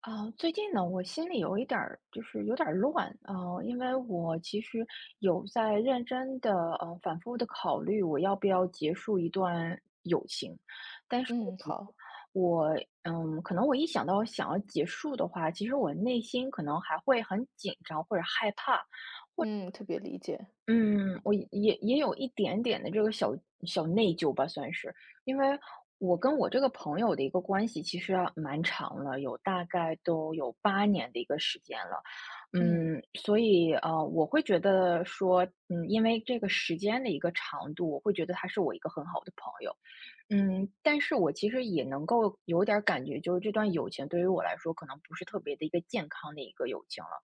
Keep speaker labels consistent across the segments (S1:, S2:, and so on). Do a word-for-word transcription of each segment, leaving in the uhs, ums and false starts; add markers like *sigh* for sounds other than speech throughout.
S1: 啊，最近呢，我心里有一点儿，就是有点儿乱啊，呃因为我其实有在认真的，呃，反复的考虑我要不要结束一段友情，但是
S2: 嗯，好。
S1: 我，嗯，可能我一想到想要结束的话，其实我内心可能还会很紧张或者害怕，或。
S2: 嗯，特别理解。
S1: 嗯，我也也有一点点的这个小小内疚吧，算是，因为我跟我这个朋友的一个关系其实啊蛮长了，有大概都有八年的一个时间了，
S2: 嗯。
S1: 嗯，所以呃，我会觉得说，嗯，因为这个时间的一个长度，我会觉得他是我一个很好的朋友。嗯，但是我其实也能够有点儿感觉，就是这段友情对于我来说，可能不是特别的一个健康的一个友情了。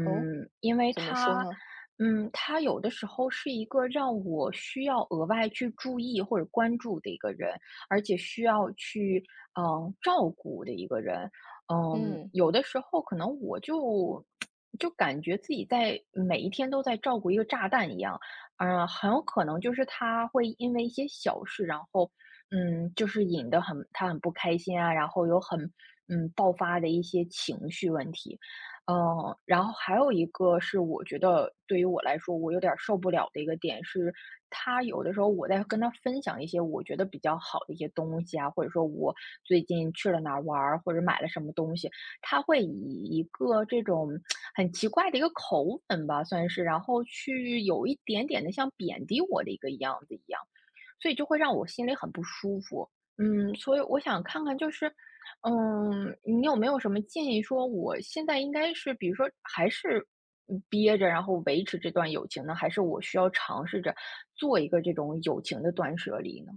S2: 哦，
S1: 因为
S2: 怎么说
S1: 他，
S2: 呢？
S1: 嗯，他有的时候是一个让我需要额外去注意或者关注的一个人，而且需要去嗯、呃照顾的一个人。嗯，
S2: 嗯
S1: 有的时候可能我就 *smacks lips* 就感觉自己在每一天都在照顾一个炸弹一样，嗯、呃很有可能就是他会因为一些小事，然后嗯，就是引得很他很不开心啊，然后有很嗯爆发的一些情绪问题，嗯，然后还有一个是我觉得对于我来说，我有点儿受不了的一个点是，他有的时候我在跟他分享一些我觉得比较好的一些东西啊，或者说我最近去了哪儿玩儿，或者买了什么东西，他会以一个这种很奇怪的一个口吻吧，算是，然后去有一点点的像贬低我的一个样子一样。所以就会让我心里很不舒服。嗯，所以我想看看，就是，嗯，你有没有什么建议，说我现在应该是，比如说还是嗯憋着，然后维持这段友情呢，还是我需要尝试着做一个这种友情的断舍离呢？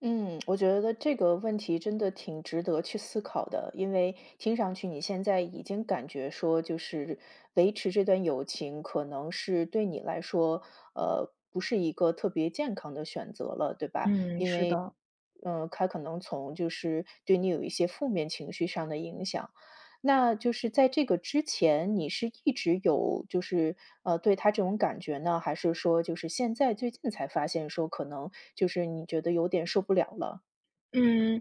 S2: 嗯，我觉得这个问题真的挺值得去思考的，因为听上去你现在已经感觉说，就是维持这段友情可能是对你来说，呃，不是一个特别健康的选择了，对吧？
S1: 嗯，是的。
S2: 嗯，他可能从就是对你有一些负面情绪上的影响。那就是在这个之前，你是一直有就是呃对他这种感觉呢，还是说就是现在最近才发现说可能就是你觉得有点受不了了？
S1: 嗯，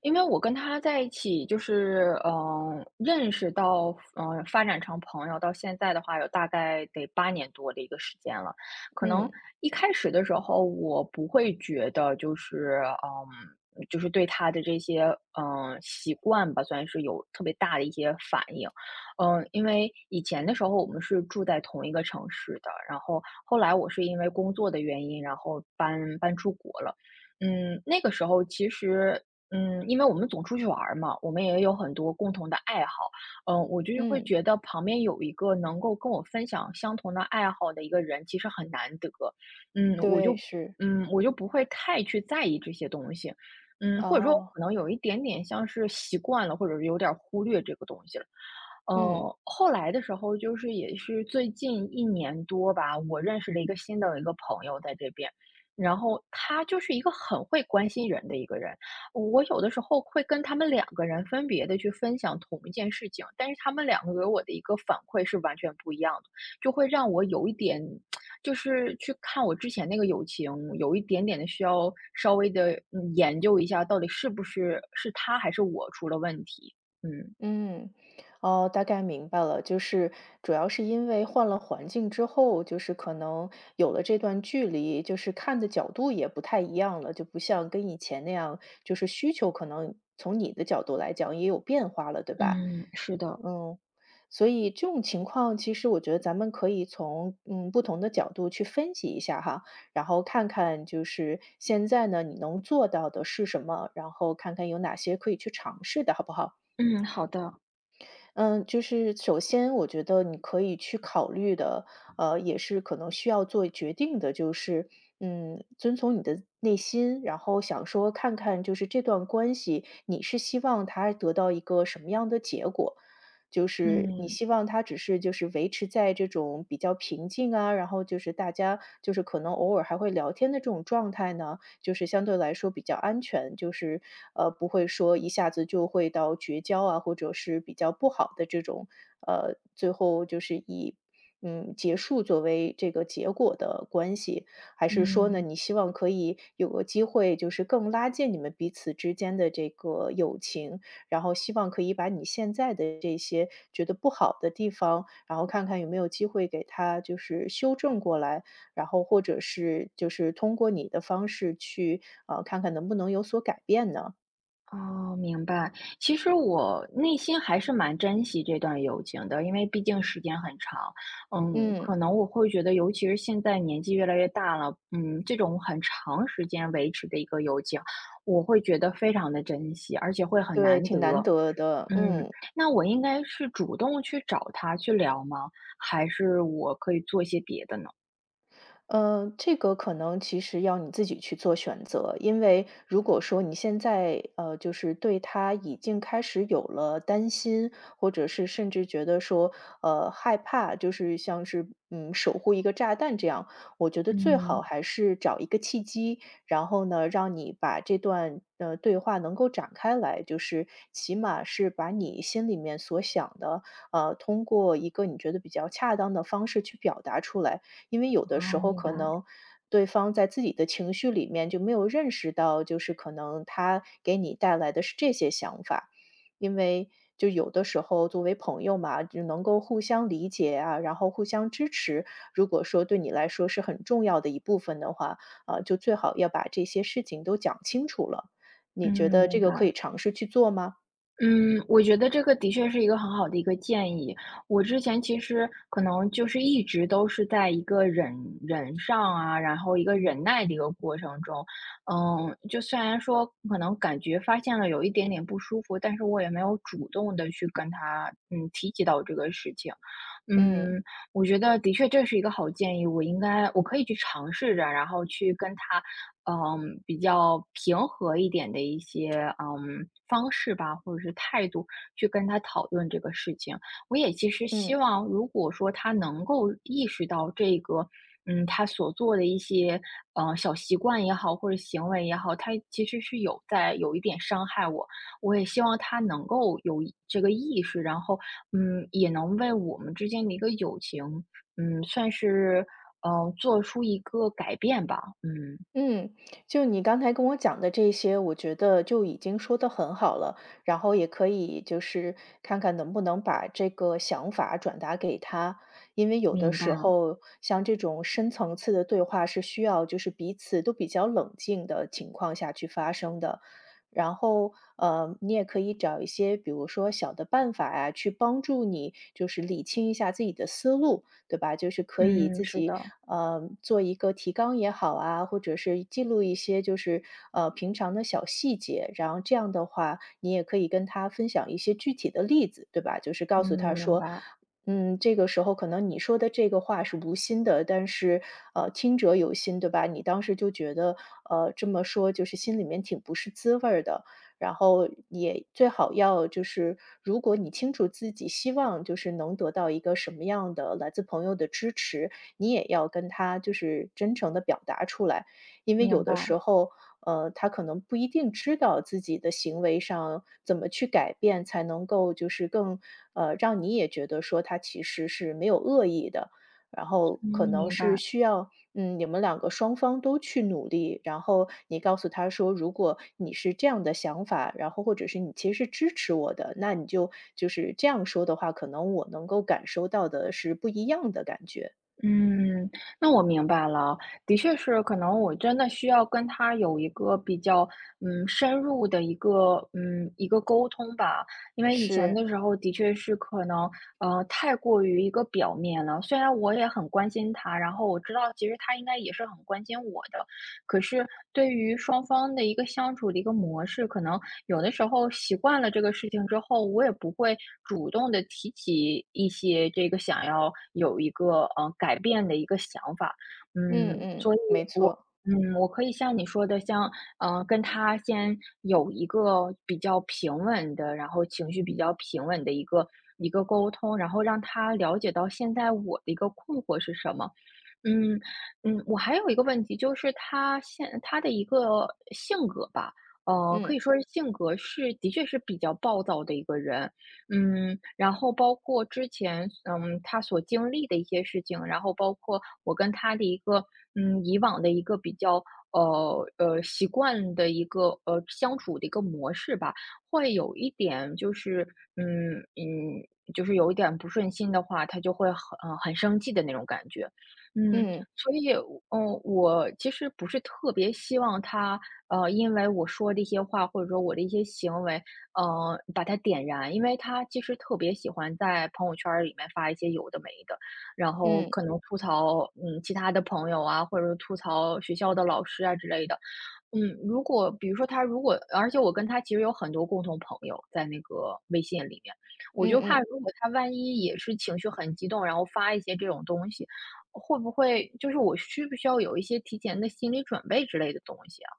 S1: 因为我跟他在一起，就是，嗯、呃认识到，嗯、呃发展成朋友到现在的话，有大概得八年多的一个时间了。可能
S2: 嗯
S1: 一开始的时候，我不会觉得就是，嗯、就是对他的这些，嗯、呃习惯吧，算是有特别大的一些反应。嗯、因为以前的时候我们是住在同一个城市的，然后后来我是因为工作的原因，然后搬搬出国了。嗯，那个时候其实，嗯，因为我们总出去玩儿嘛，我们也有很多共同的爱好，嗯，我就是会
S2: 嗯，
S1: 觉得旁边有一个能够跟我分享相同的爱好的一个人，其实很难得，嗯，我
S2: 对，
S1: 就，
S2: 是
S1: 嗯，我就不会太去在意这些东西，嗯，或者说我
S2: 哦，
S1: 可能有一点点像是习惯了，或者是有点儿忽略这个东西了。
S2: 嗯。
S1: 呃，后来的时候，就是也是最近一年多吧，我认识了一个新的一个朋友在这边。然后他就是一个很会关心人的一个人，我有的时候会跟他们两个人分别的去分享同一件事情，但是他们两个给我的一个反馈是完全不一样的，就会让我有一点就是去看我之前那个友情，有一点点的需要稍微的嗯，研究一下到底是不是是他还是我出了问题，嗯。
S2: 嗯，哦，大概明白了，就是主要是因为换了环境之后，就是可能有了这段距离，就是看的角度也不太一样了，就不像跟以前那样，就是需求可能从你的角度来讲也有变化了，对吧？
S1: 嗯，是的。
S2: 嗯，所以这种情况，其实我觉得咱们可以从嗯不同的角度去分析一下哈，然后看看就是现在呢你能做到的是什么，然后看看有哪些可以去尝试的，好不好？
S1: 嗯，好的。
S2: 嗯，就是首先我觉得你可以去考虑的，呃，也是可能需要做决定的，就是，嗯，遵从你的内心，然后想说看看就是这段关系，你是希望他得到一个什么样的结果？就是你
S1: 嗯，
S2: 希望他只是就是维持在这种比较平静啊，然后就是大家就是可能偶尔还会聊天的这种状态呢？就是相对来说比较安全，就是呃不会说一下子就会到绝交啊，或者是比较不好的这种，呃，最后就是以嗯结束作为这个结果的关系，还是说呢，
S1: 嗯。
S2: 你希望可以有个机会，就是更拉近你们彼此之间的这个友情，然后希望可以把你现在的这些觉得不好的地方，然后看看有没有机会给它就是修正过来，然后或者是就是通过你的方式去，呃，看看能不能有所改变呢？
S1: 哦，明白。其实我内心还是蛮珍惜这段友情的，因为毕竟时间很长。嗯，
S2: 嗯，
S1: 可能我会觉得，尤其是现在年纪越来越大了，嗯，这种很长时间维持的一个友情，我会觉得非常的珍惜，而且会很
S2: 对，
S1: 难
S2: 挺难
S1: 得。
S2: 得的，
S1: 嗯，
S2: 嗯。
S1: 那我应该是主动去找他去聊吗？还是我可以做一些别的呢？
S2: 呃，这个可能其实要你自己去做选择，因为如果说你现在呃，就是对他已经开始有了担心，或者是甚至觉得说呃害怕，就是像是嗯守护一个炸弹这样，我觉得最
S1: 嗯，
S2: 好还是找一个契机，然后呢，让你把这段呃对话能够展开来，就是起码是把你心里面所想的，呃，通过一个你觉得比较恰当的方式去表达出来。因为有的
S1: 哦，
S2: 时候
S1: 明白。
S2: 可能对方在自己的情绪里面就没有认识到，就是可能他给你带来的是这些想法。因为就有的时候作为朋友嘛，就能够互相理解啊，然后互相支持。如果说对你来说是很重要的一部分的话，啊，就最好要把这些事情都讲清楚了。你觉
S1: 嗯，
S2: 得这
S1: 明
S2: 个可以
S1: 白。
S2: 尝试去做吗？
S1: 嗯，我觉得这个的确是一个很好的一个建议。我之前其实可能就是一直都是在一个忍忍上啊，然后一个忍耐的一个过程中，嗯，就虽然说可能感觉发现了有一点点不舒服，但是我也没有主动的去跟他嗯提及到这个事情。
S2: 嗯
S1: 嗯，我觉得的确这是一个好建议，我应该我可以去尝试着，然后去跟他嗯，比较平和一点的一些，嗯，方式吧，或者是态度去跟他讨论这个事情。我也其实希
S2: 嗯。
S1: 望，如果说他能够意识到这个，嗯，他所做的一些，呃，小习惯也好，或者行为也好，他其实是有在有一点伤害我。我也希望他能够有一这个意识，然后，嗯，也能为我们之间的一个友情，嗯，算是嗯，呃，做出一个改变吧，嗯。
S2: 嗯，就你刚才跟我讲的这些，我觉得就已经说的很好了，然后也可以就是看看能不能把这个想法转达给他，因为有的
S1: 明
S2: 时
S1: 白了。
S2: 候像这种深层次的对话是需要就是彼此都比较冷静的情况下去发生的。然后，呃，你也可以找一些，比如说小的办法呀、去帮助你，就是理清一下自己的思路。对吧？就是可以
S1: 嗯，
S2: 自
S1: 是
S2: 己
S1: 的。
S2: 呃做一个提纲也好啊，或者是记录一些就是呃平常的小细节，然后这样的话，你也可以跟他分享一些具体的例子，对吧？就是
S1: 嗯，
S2: 告诉他
S1: 明
S2: 说。
S1: 白。
S2: 嗯，这个时候可能你说的这个话是无心的，但是呃，听者有心，对吧？你当时就觉得呃这么说就是心里面挺不是滋味儿的，然后也最好要就是如果你清楚自己希望就是能得到一个什么样的来自朋友的支持，你也要跟他就是真诚的表达出来。因为有
S1: 明
S2: 的
S1: 白。
S2: 时候，呃，他可能不一定知道自己的行为上怎么去改变，才能够就是更呃，让你也觉得说他其实是没有恶意的，然后
S1: 嗯，
S2: 可能
S1: 明
S2: 是
S1: 白。
S2: 需要嗯，你们两个双方都去努力，然后你告诉他说，如果你是这样的想法，然后或者是你其实是支持我的，那你就就是这样说的话，可能我能够感受到的是不一样的感觉。
S1: 嗯，那我明白了，的确是，可能我真的需要跟他有一个比较，嗯，深入的一个，嗯，一个沟通吧，因为以前
S2: 是，
S1: 的时候的确是可能，呃，太过于一个表面了，虽然我也很关心他，然后我知道其实他应该也是很关心我的，可是对于双方的一个相处的一个模式，可能有的时候习惯了这个事情之后，我也不会主动的提起一些这个想要有一个，呃，改变的一个想法。
S2: 嗯
S1: 嗯，
S2: 嗯，
S1: 所以
S2: 没
S1: 我
S2: 错，
S1: 嗯，我可以像你说的，像，呃，跟他先有一个比较平稳的，然后情绪比较平稳的一个一个沟通，然后让他了解到现在我的一个困惑是什么。嗯，嗯，我还有一个问题，就是他现他的一个性格吧，呃，可
S2: 嗯
S1: 以说是性格是的确是比较暴躁的一个人，嗯，然后包括之前，嗯，他所经历的一些事情，然后包括我跟他的一个，嗯，以往的一个比较，呃呃，习惯的一个呃相处的一个模式吧，会有一点就是，嗯嗯，就是有一点不顺心的话，他就会很、呃很生气的那种感觉，嗯。
S2: 嗯
S1: 所以，嗯，我其实不是特别希望他，呃，因为我说的一些话，或者说我的一些行为，呃，把他点燃，因为他其实特别喜欢在朋友圈儿里面发一些有的没的，然后
S2: 嗯
S1: 可能吐槽，嗯，其他的朋友啊，或者说吐槽学校的老师啊之类的。嗯，如果比如说他如果而且我跟他其实有很多共同朋友在那个微信里面，
S2: 嗯
S1: 我就
S2: 嗯
S1: 怕
S2: 嗯。
S1: 如果他万一也是情绪很激动，然后发一些这种东西，会不会就是我需不需要有一些提前的心理准备之类的东西啊？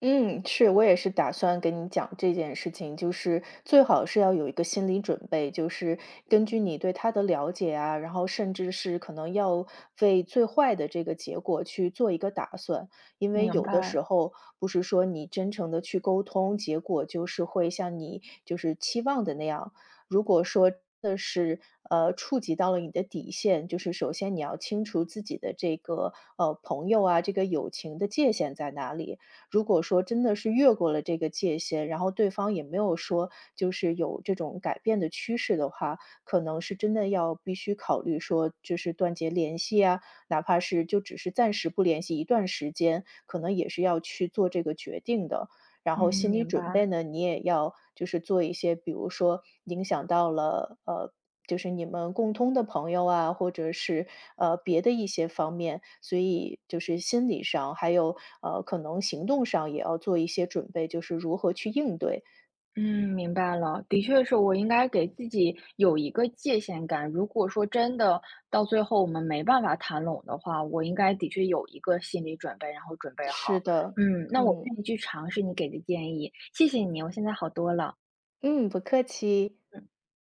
S2: 嗯，是，我也是打算跟你讲这件事情，就是最好是要有一个心理准备，就是根据你对他的了解啊，然后甚至是可能要为最坏的这个结果去做一个打算，因为
S1: 明
S2: 有的时
S1: 白。
S2: 候不是说你真诚的去沟通，结果就是会像你就是期望的那样。如果说真的是呃触及到了你的底线，就是首先你要清楚自己的这个呃朋友啊，这个友情的界限在哪里。如果说真的是越过了这个界限，然后对方也没有说就是有这种改变的趋势的话，可能是真的要必须考虑说，就是断绝联系啊，哪怕是就只是暂时不联系一段时间，可能也是要去做这个决定的。然
S1: 嗯，
S2: 后心理
S1: 明
S2: 准备
S1: 白。
S2: 呢，你也要就是做一些，比如说影响到了呃就是你们共通的朋友啊，或者是呃别的一些方面，所以就是心理上还有呃可能行动上也要做一些准备，就是如何去应对。
S1: 嗯，明白了。的确是我应该给自己有一个界限感。如果说真的到最后我们没办法谈拢的话，我应该的确有一个心理准备，然后准备好。
S2: 是的，
S1: 嗯，那我
S2: 嗯
S1: 愿意去尝试你给的建议，谢谢你，我现在好多了。
S2: 嗯，不客气。
S1: 嗯。